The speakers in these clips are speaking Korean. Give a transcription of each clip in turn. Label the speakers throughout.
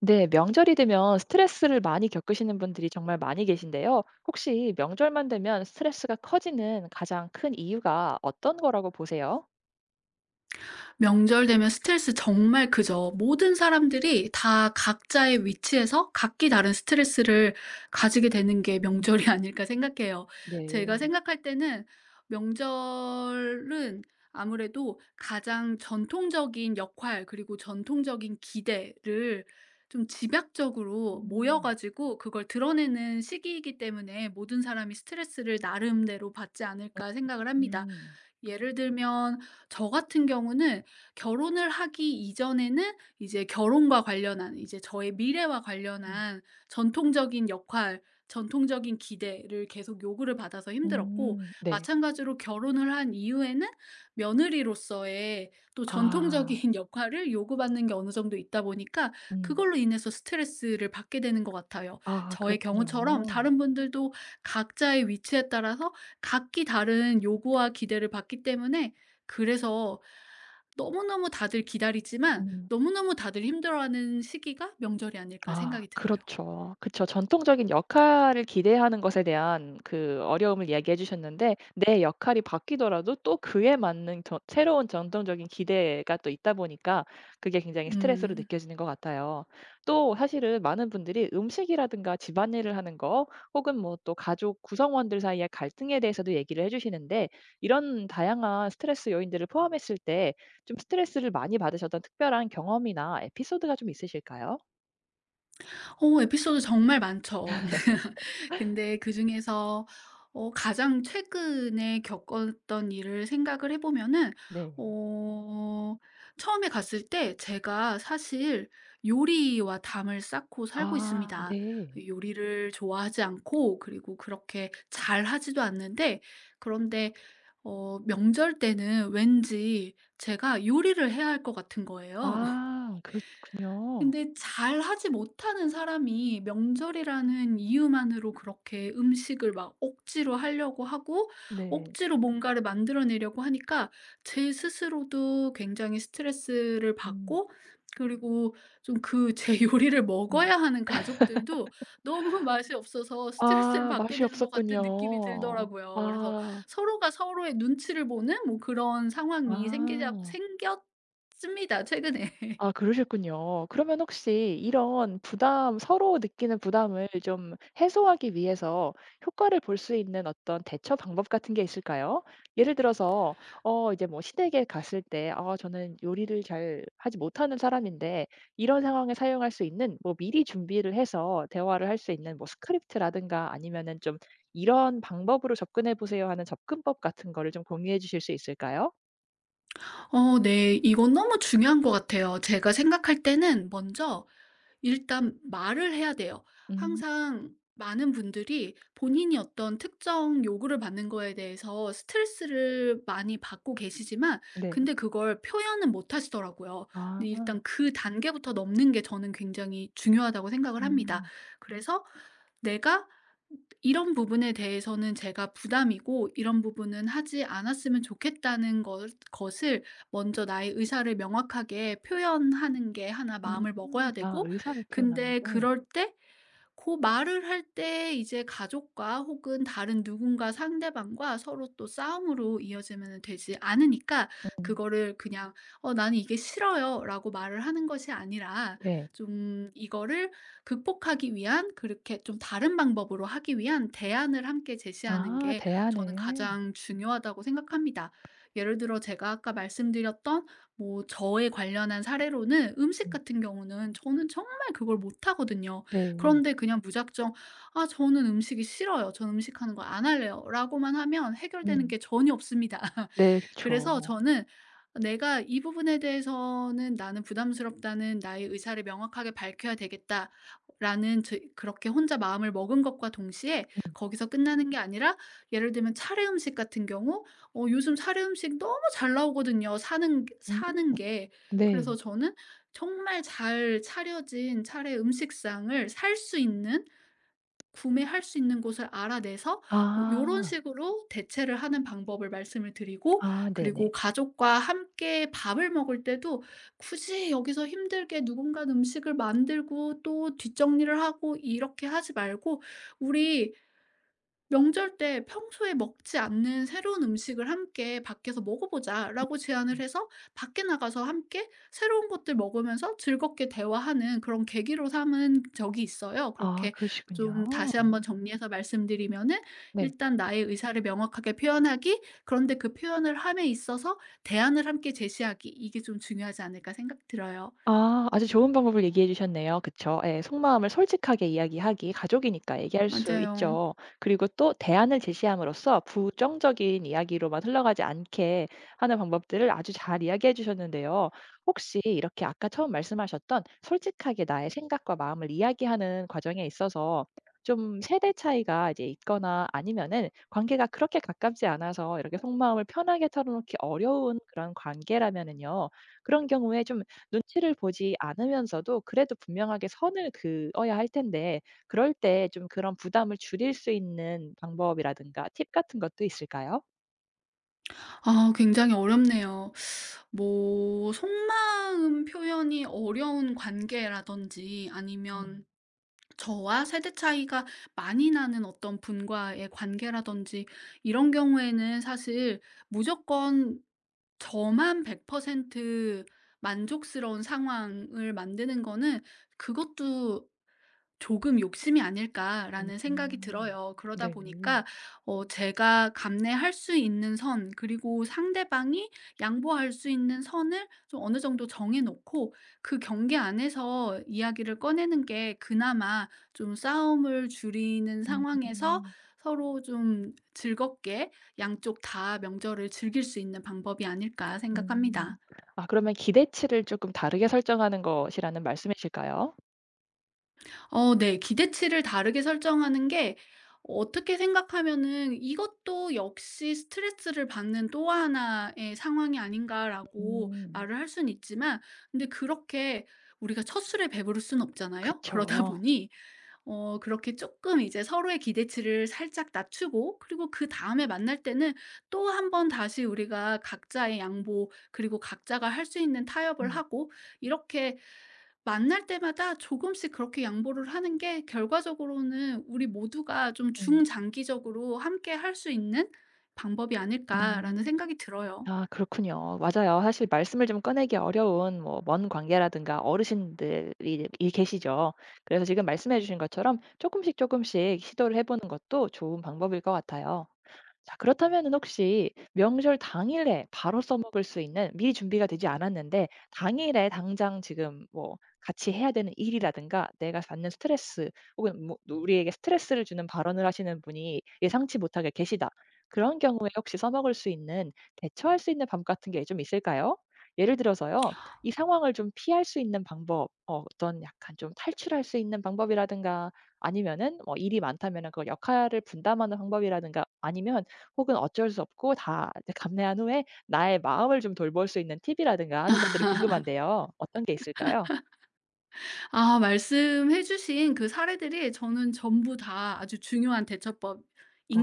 Speaker 1: 네, 명절이 되면 스트레스를 많이 겪으시는 분들이 정말 많이 계신데요. 혹시 명절만 되면 스트레스가 커지는 가장 큰 이유가 어떤 거라고 보세요?
Speaker 2: 명절 되면 스트레스 정말 크죠. 모든 사람들이 다 각자의 위치에서 각기 다른 스트레스를 가지게 되는 게
Speaker 1: 음,
Speaker 2: 명절이 아닐까 생각해요.
Speaker 1: 네.
Speaker 2: 제가 생각할 때는 명절은 아무래도 가장 전통적인 역할 그리고 전통적인 기대를 좀 집약적으로 모여
Speaker 1: 음.
Speaker 2: 가지고 그걸 드러내는 시기이기 때문에 모든 사람이 스트레스를 나름대로 받지 않을까 생각을 합니다.
Speaker 1: 음.
Speaker 2: 예를 들면 저 같은 경우는, 결혼을 하기 이전에는 이제 결혼과 관련한, 이제 저의 미래와
Speaker 1: 음.
Speaker 2: 관련한 전통적인 역할, 전통적인 기대를 계속 요구를 받아서 힘들었고,
Speaker 1: 음. 네.
Speaker 2: 마찬가지로 결혼을 한 이후에는 며느리로서의 또 전통적인
Speaker 1: 아.
Speaker 2: 역할을 요구받는 게 어느 정도 있다 보니까
Speaker 1: 음.
Speaker 2: 그걸로 인해서 스트레스를 받게 되는 것 같아요.
Speaker 1: 아
Speaker 2: 저의 경우처럼
Speaker 1: 그랬군요.
Speaker 2: 다른 분들도 각자의 위치에 따라서 각기 다른 요구와 기대를 받기 때문에, 그래서 너무너무 다들 기다리지만
Speaker 1: 음.
Speaker 2: 너무너무 다들 힘들어하는 시기가 명절이 아닐까
Speaker 1: 아
Speaker 2: 생각이 들어요.
Speaker 1: 그렇죠. 그쵸. 전통적인 역할을 기대하는 것에 대한 그 어려움을 이야기해 주셨는데 내 역할이 바뀌더라도 또 그에 맞는 저 새로운 전통적인 기대가 또 있다 보니까 그게 굉장히 스트레스로
Speaker 2: 음.
Speaker 1: 느껴지는 것 같아요. 또 사실은 많은 분들이 음식이라든가 집안일을 하는 거 혹은 뭐 또 가족 구성원들 사이의 갈등에 대해서도 얘기를 해 주시는데 이런 다양한 스트레스 요인들을 포함했을 때 좀 스트레스를 많이 받으셨던 특별한 경험이나 에피소드가 좀 있으실까요?
Speaker 2: 에피소드 정말 많죠. 근데 그중에서 가장 최근에 겪었던 일을 생각을 해 보면은,
Speaker 1: 네.
Speaker 2: 어 처음에 갔을 때 제가 사실 요리와 담을 쌓고 살고
Speaker 1: 아
Speaker 2: 있습니다.
Speaker 1: 네.
Speaker 2: 요리를 좋아하지 않고, 그리고 그렇게 잘하지도 않는데, 그런데 명절 때는 왠지 제가 요리를 해야 할 것 같은 거예요.
Speaker 1: 아 그렇군요.
Speaker 2: 근데 잘하지 못하는 사람이 명절이라는 이유만으로 그렇게 음식을 막 억지로 하려고 하고,
Speaker 1: 네.
Speaker 2: 억지로 뭔가를 만들어내려고 하니까 제 스스로도 굉장히 스트레스를
Speaker 1: 음.
Speaker 2: 받고, 그리고 좀 그 제 요리를
Speaker 1: 음.
Speaker 2: 먹어야 하는 가족들도 너무 맛이 없어서 스트레스를
Speaker 1: 아
Speaker 2: 받게
Speaker 1: 맛이
Speaker 2: 되는 것 같은 느낌이
Speaker 1: 없었군요.
Speaker 2: 들더라고요. 그래서
Speaker 1: 아.
Speaker 2: 서로가 서로의 눈치를 보는 뭐 그런 상황이 생기자
Speaker 1: 아.
Speaker 2: 생겼습니다, 최근에.
Speaker 1: 아 그러셨군요. 그러면 혹시 이런 부담 서로 느끼는 부담을 좀 해소하기 위해서 효과를 볼 수 있는 어떤 대처 방법 같은 게 있을까요? 예를 들어서 이제 뭐 시댁에 갔을 때 '아 저는 요리를 잘 하지 못하는 사람인데' 이런 상황에 사용할 수 있는 뭐 미리 준비를 해서 대화를 할 수 있는 뭐 스크립트라든가 아니면은 좀 '이런 방법으로 접근해 보세요.' 하는 접근법 같은 거를 좀 공유해 주실 수 있을까요?
Speaker 2: 네. 이건 너무 중요한 것 같아요. 제가 생각할 때는 먼저, 일단 말을 해야 돼요.
Speaker 1: 음
Speaker 2: 항상 많은 분들이 본인이 어떤 특정 요구를 받는 거에 대해서 스트레스를 많이 받고 계시지만,
Speaker 1: 네.
Speaker 2: 근데 그걸 표현은 못 하시더라고요.
Speaker 1: 아.
Speaker 2: 근데 일단 그 단계부터 넘는 게 저는 굉장히 중요하다고 생각을 합니다.
Speaker 1: 음.
Speaker 2: 그래서 내가 이런 부분에 대해서는 제가 부담이고, 이런 부분은 하지 않았으면 좋겠다는 것을 먼저 나의 의사를 명확하게 표현하는 게 하나 마음을
Speaker 1: 음.
Speaker 2: 먹어야
Speaker 1: 아
Speaker 2: 되고,
Speaker 1: 의사를 표현하는
Speaker 2: 근데
Speaker 1: 게.
Speaker 2: 그럴 때, 그 말을 할 때 이제 가족과 혹은 다른 누군가 상대방과 서로 또 싸움으로 이어지면 되지 않으니까, 그거를 그냥 "어 나는 이게 싫어요."라고 말을 하는 것이 아니라,
Speaker 1: 예.
Speaker 2: 좀 이거를 극복하기 위한, 그렇게 좀 다른 방법으로 하기 위한 대안을 함께 제시하는
Speaker 1: 아
Speaker 2: 게 저는
Speaker 1: 대안을.
Speaker 2: 가장 중요하다고 생각합니다. 예를 들어 제가 아까 말씀드렸던, 뭐 저에 관련한 사례로는 음식
Speaker 1: 음.
Speaker 2: 같은 경우는 저는 정말 그걸 못하거든요.
Speaker 1: 네.
Speaker 2: 그런데 그냥 무작정 "아 저는 음식이 싫어요. 전 음식하는 거 안 할래요."라고만 하면 해결되는
Speaker 1: 음.
Speaker 2: 게 전혀 없습니다.
Speaker 1: 네
Speaker 2: 그래서
Speaker 1: 그쵸.
Speaker 2: 저는 내가 '이 부분에 대해서는 나는 부담스럽다는 나의 의사를 명확하게 밝혀야 되겠다.'라는, 제 그렇게 혼자 마음을 먹은 것과 동시에, 거기서 끝나는 게 아니라 예를 들면 차례 음식 같은 경우, 요즘 차례 음식 너무 잘 나오거든요, 사는
Speaker 1: 음.
Speaker 2: 사는 게.
Speaker 1: 네.
Speaker 2: 그래서 저는 정말 잘 차려진 차례 음식상을 살 수 있는, 구매할 수 있는 곳을 알아내서 뭐 요런
Speaker 1: 아.
Speaker 2: 식으로 대체를 하는 방법을 말씀을 드리고,
Speaker 1: 아
Speaker 2: 그리고
Speaker 1: 네네.
Speaker 2: 가족과 함께 밥을 먹을 때도 굳이 여기서 힘들게 누군가 음식을 만들고 또 뒷정리를 하고 이렇게 하지 말고 "우리 명절 때 "평소에 먹지 않는 새로운 음식을 함께 밖에서 먹어보자."라고 제안을
Speaker 1: 음.
Speaker 2: 해서 밖에 나가서 함께 새로운 것들 먹으면서 즐겁게 대화하는 그런 계기로 삼은 적이 있어요.
Speaker 1: 아
Speaker 2: 그렇게, 좀
Speaker 1: 그러시군요.
Speaker 2: 다시 한번 정리해서 말씀드리면은,
Speaker 1: 네.
Speaker 2: 일단 나의 의사를 명확하게 표현하기, 그런데 그 표현을 함에 있어서 대안을 함께 제시하기, 이게 좀 중요하지 않을까 생각 들어요.
Speaker 1: 아 아주 좋은 방법을 얘기해 주셨네요. 그쵸. 예. 속마음을 솔직하게 이야기하기, 가족이니까 얘기할, 네, 수
Speaker 2: 맞아요.
Speaker 1: 있죠. 그리고 또 대안을 제시함으로써 부정적인 이야기로만 흘러가지 않게 하는 방법들을 아주 잘 이야기해 주셨는데요. 혹시 이렇게 아까 처음 말씀하셨던 솔직하게 나의 생각과 마음을 이야기하는 과정에 있어서 좀 세대 차이가 이제 있거나 아니면은 관계가 그렇게 가깝지 않아서 이렇게 속마음을 편하게 털어놓기 어려운 그런 관계라면은요. 그런 경우에 좀 눈치를 보지 않으면서도 그래도 분명하게 선을 그어야 할 텐데 그럴 때 좀 그런 부담을 줄일 수 있는 방법이라든가 팁 같은 것도 있을까요?
Speaker 2: 아 굉장히 어렵네요. 뭐 속마음 표현이 어려운 관계라든지,
Speaker 1: 음.
Speaker 2: 아니면 저와 세대 차이가 많이 나는 어떤 분과의 관계라든지, 이런 경우에는 사실 무조건 저만 100% 만족스러운 상황을 만드는 거는, 그것도 조금 욕심이 아닐까라는 생각이
Speaker 1: 음.
Speaker 2: 들어요. 그러다
Speaker 1: 네.
Speaker 2: 보니까 제가 감내할 수 있는 선, 그리고 상대방이 양보할 수 있는 선을 좀 어느 정도 정해 놓고 그 경계 안에서 이야기를 꺼내는 게 그나마 좀 싸움을 줄이는
Speaker 1: 음.
Speaker 2: 상황에서 서로 좀 즐겁게 양쪽 다 명절을 즐길 수 있는 방법이 아닐까
Speaker 1: 음.
Speaker 2: 생각합니다.
Speaker 1: 아 그러면 기대치를 쪼끔 다르게 설정하는 것이라는 말씀이실까요?
Speaker 2: 네. 기대치를 다르게 설정하는 게 어떻게 생각하면은 '이것도 역시 스트레스를 받는 또 하나의 상황이 아닌가.'라고
Speaker 1: 음.
Speaker 2: 말을 할 수는 있지만, 근데 그렇게 우리가 첫술에 배부를 수는 없잖아요. 그러다
Speaker 1: 그쵸.
Speaker 2: 보니 그렇게 조금 이제 서로의 기대치를 살짝 낮추고, 그리고 그다음에 만날 때는 또 한 번 다시 우리가 각자의 양보 그리고 각자가 할 수 있는 타협을
Speaker 1: 음.
Speaker 2: 하고, 이렇게 만날 때마다 조금씩 그렇게 양보를 하는 게 결과적으로는 우리 모두가 좀
Speaker 1: 음.
Speaker 2: 중장기적으로 함께 할 수 있는 방법이 아닐까라는
Speaker 1: 음.
Speaker 2: 생각이 들어요.
Speaker 1: 아 그렇군요. 맞아요. 사실 말씀을 좀 꺼내기 어려운 뭐 먼 관계라든가 어르신들이 이 계시죠. 그래서 지금 말씀해 주신 것처럼 조금씩 조금씩 시도를 해 보는 것도 좋은 방법일 것 같아요. 자 그렇다면은 혹시 명절 당일에 바로 써먹을 수 있는, 미리 준비가 되지 않았는데 당일에 당장 지금 뭐 같이 해야 되는 일이라든가 내가 받는 스트레스 혹은 뭐 우리에게 스트레스를 주는 발언을 하시는 분이 예상치 못하게 계시다. 그런 경우에 혹시 써먹을 수 있는 대처할 수 있는 방법 같은 게 좀 있을까요? 예를 들어서요. 이 상황을 좀 피할 수 있는 방법, 어떤 약간 좀 탈출할 수 있는 방법이라든가 아니면은 뭐 일이 많다면은 그걸 역할을 분담하는 방법이라든가 아니면 혹은 어쩔 수 없고 다 이제 감내한 후에 나의 마음을 좀 돌볼 수 있는 팁이라든가 하는 것들이 궁금한데요. 어떤 게 있을까요?
Speaker 2: 아 말씀해 주신 그 사례들이 저는 전부 다 아주 중요한 대처법인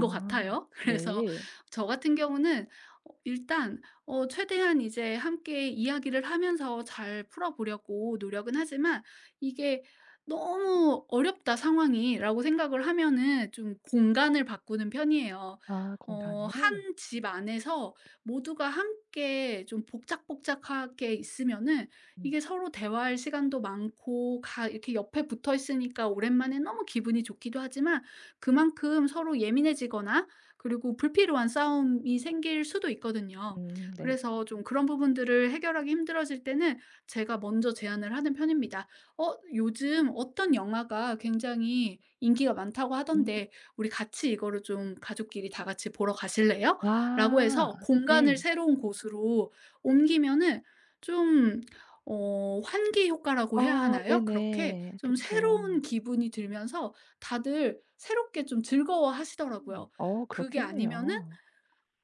Speaker 2: 것 같아요. 그래서
Speaker 1: 네.
Speaker 2: 저 같은 경우는 일단 최대한 이제 함께 이야기를 하면서 잘 풀어 보려고 노력은 하지만, 이게 '너무 어렵다 상황이.'라고 생각을 하면은 좀 공간을 바꾸는 편이에요.
Speaker 1: 아
Speaker 2: 한
Speaker 1: 공간을.
Speaker 2: 집 안에서 모두가 함께 좀 복작복작하게 있으면은
Speaker 1: 음.
Speaker 2: 이게 서로 대화할 시간도 많고, 가 이렇게 옆에 붙어 있으니까 오랜만에 너무 기분이 좋기도 하지만, 그만큼 서로 예민해지거나 그리고 불필요한 싸움이 생길 수도 있거든요.
Speaker 1: 네.
Speaker 2: 그래서 좀 그런 부분들을 해결하기 힘들어질 때는 제가 먼저 제안을 하는 편입니다. "어 요즘 어떤 영화가 굉장히 인기가 많다고
Speaker 1: 음.
Speaker 2: 하던데 우리 같이 이거를 좀 가족끼리 다 같이 보러 가실래요?"라고
Speaker 1: 아.
Speaker 2: 해서 공간을
Speaker 1: 네.
Speaker 2: 새로운 곳으로 옮기면은, 좀 환기 효과라고 해야
Speaker 1: 아
Speaker 2: 하나요? 그렇게
Speaker 1: 네네.
Speaker 2: 좀
Speaker 1: 그쵸.
Speaker 2: 새로운 기분이 들면서 다들 새롭게 좀 즐거워하시더라고요.
Speaker 1: 어
Speaker 2: 그게 아니면은,
Speaker 1: 그렇겠네요.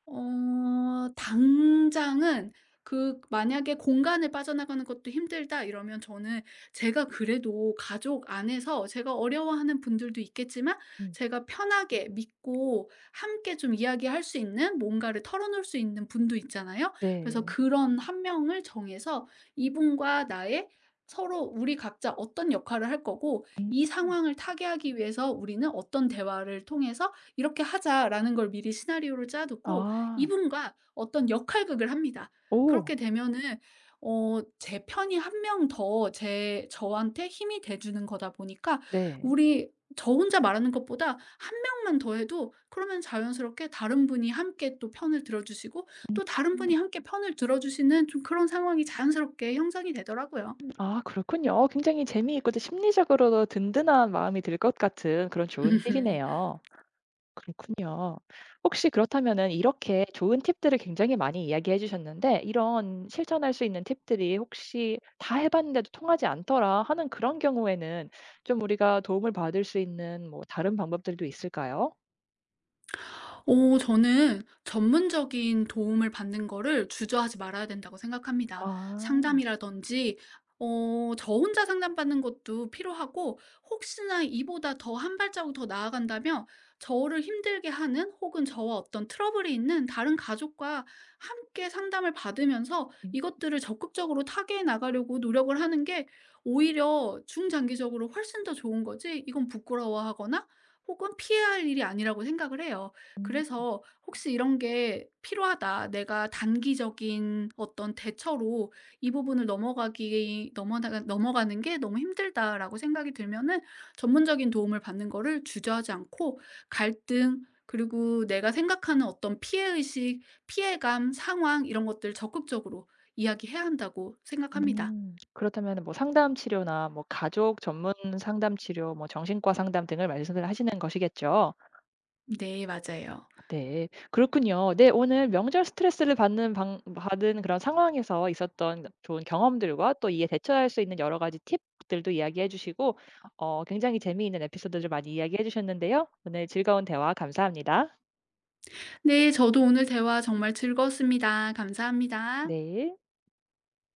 Speaker 2: 당장은 그 만약에 공간을 빠져나가는 것도 힘들다 이러면, 저는 제가 그래도 가족 안에서 제가 어려워하는 분들도 있겠지만
Speaker 1: 음.
Speaker 2: 제가 편하게 믿고 함께 좀 이야기할 수 있는, 뭔가를 털어놓을 수 있는 분도 있잖아요. 그래서
Speaker 1: 네.
Speaker 2: 그런 한 명을 정해서 이분과 나의, 서로 우리 각자 어떤 역할을 할 거고 이
Speaker 1: 음.
Speaker 2: 상황을 타개하기 위해서 우리는 어떤 대화를 통해서 "이렇게 하자."라는 걸 미리 시나리오를 짜 두고
Speaker 1: 아.
Speaker 2: 이분과 어떤 역할극을 합니다.
Speaker 1: 오.
Speaker 2: 그렇게 되면은, 제 편이 한 명 더, 제 저한테 힘이 돼 주는 거다 보니까,
Speaker 1: 네.
Speaker 2: 우리 저 혼자 말하는 것보다 한 명만 더 해도 그러면 자연스럽게 다른 분이 함께 또 편을 들어 주시고,
Speaker 1: 음.
Speaker 2: 또 다른 분이 함께 편을 들어 주시는 좀 그런 상황이 자연스럽게 형성이 되더라고요.
Speaker 1: 아 그렇군요. 어 굉장히 재미있고 또 심리적으로도 든든한 마음이 들 것 같은 그런 좋은 팁이네요. 그렇군요. 혹시 그렇다면은 이렇게 좋은 팁들을 굉장히 많이 이야기해 주셨는데 이런 실천할 수 있는 팁들이 혹시 '다 해 봤는데도 통하지 않더라.' 하는 그런 경우에는 좀 우리가 도움을 받을 수 있는 뭐 다른 방법들도 있을까요?
Speaker 2: 저는 전문적인 도움을 받는 거를 주저하지 말아야 된다고 생각합니다.
Speaker 1: 아.
Speaker 2: 상담이라든지, 어 저 혼자 상담받는 것도 필요하고, 혹시나 이보다 더 한 발자국 더 나아간다면 저를 힘들게 하는 혹은 저와 어떤 트러블이 있는 다른 가족과 함께 상담을 받으면서
Speaker 1: 음.
Speaker 2: 이것들을 적극적으로 타개해 나가려고 노력을 하는 게 오히려 중장기적으로 훨씬 더 좋은 거지, 이건 부끄러워하거나 혹은 피해야 할 일이 아니라고 생각을 해요.
Speaker 1: 음.
Speaker 2: 그래서 혹시 이런 게 필요하다. 내가 단기적인 어떤 대처로 이 부분을 넘어가기 넘어가 넘어가는 게 너무 힘들다라고 생각이 들면은 전문적인 도움을 받는 거를 주저하지 않고, 갈등 그리고 내가 생각하는 어떤 피해 의식, 피해감, 상황, 이런 것들 적극적으로 이야기해야 한다고 생각합니다.
Speaker 1: 음. 그렇다면은 뭐 상담 치료나 뭐 가족 전문 상담 치료 뭐 정신과 상담 등을 말씀을 하시는 것이겠죠?
Speaker 2: 네, 맞아요.
Speaker 1: 네. 그렇군요. 네 오늘 명절 스트레스를 받는 방 받은 그런 상황에서 있었던 좋은 경험들과 또 이에 대처할 수 있는 여러 가지 팁들도 이야기해 주시고 굉장히 재미있는 에피소드를 많이 이야기해 주셨는데요. 오늘 즐거운 대화 감사합니다.
Speaker 2: 네, 저도 오늘 대화 정말 즐거웠습니다. 감사합니다.
Speaker 1: 네.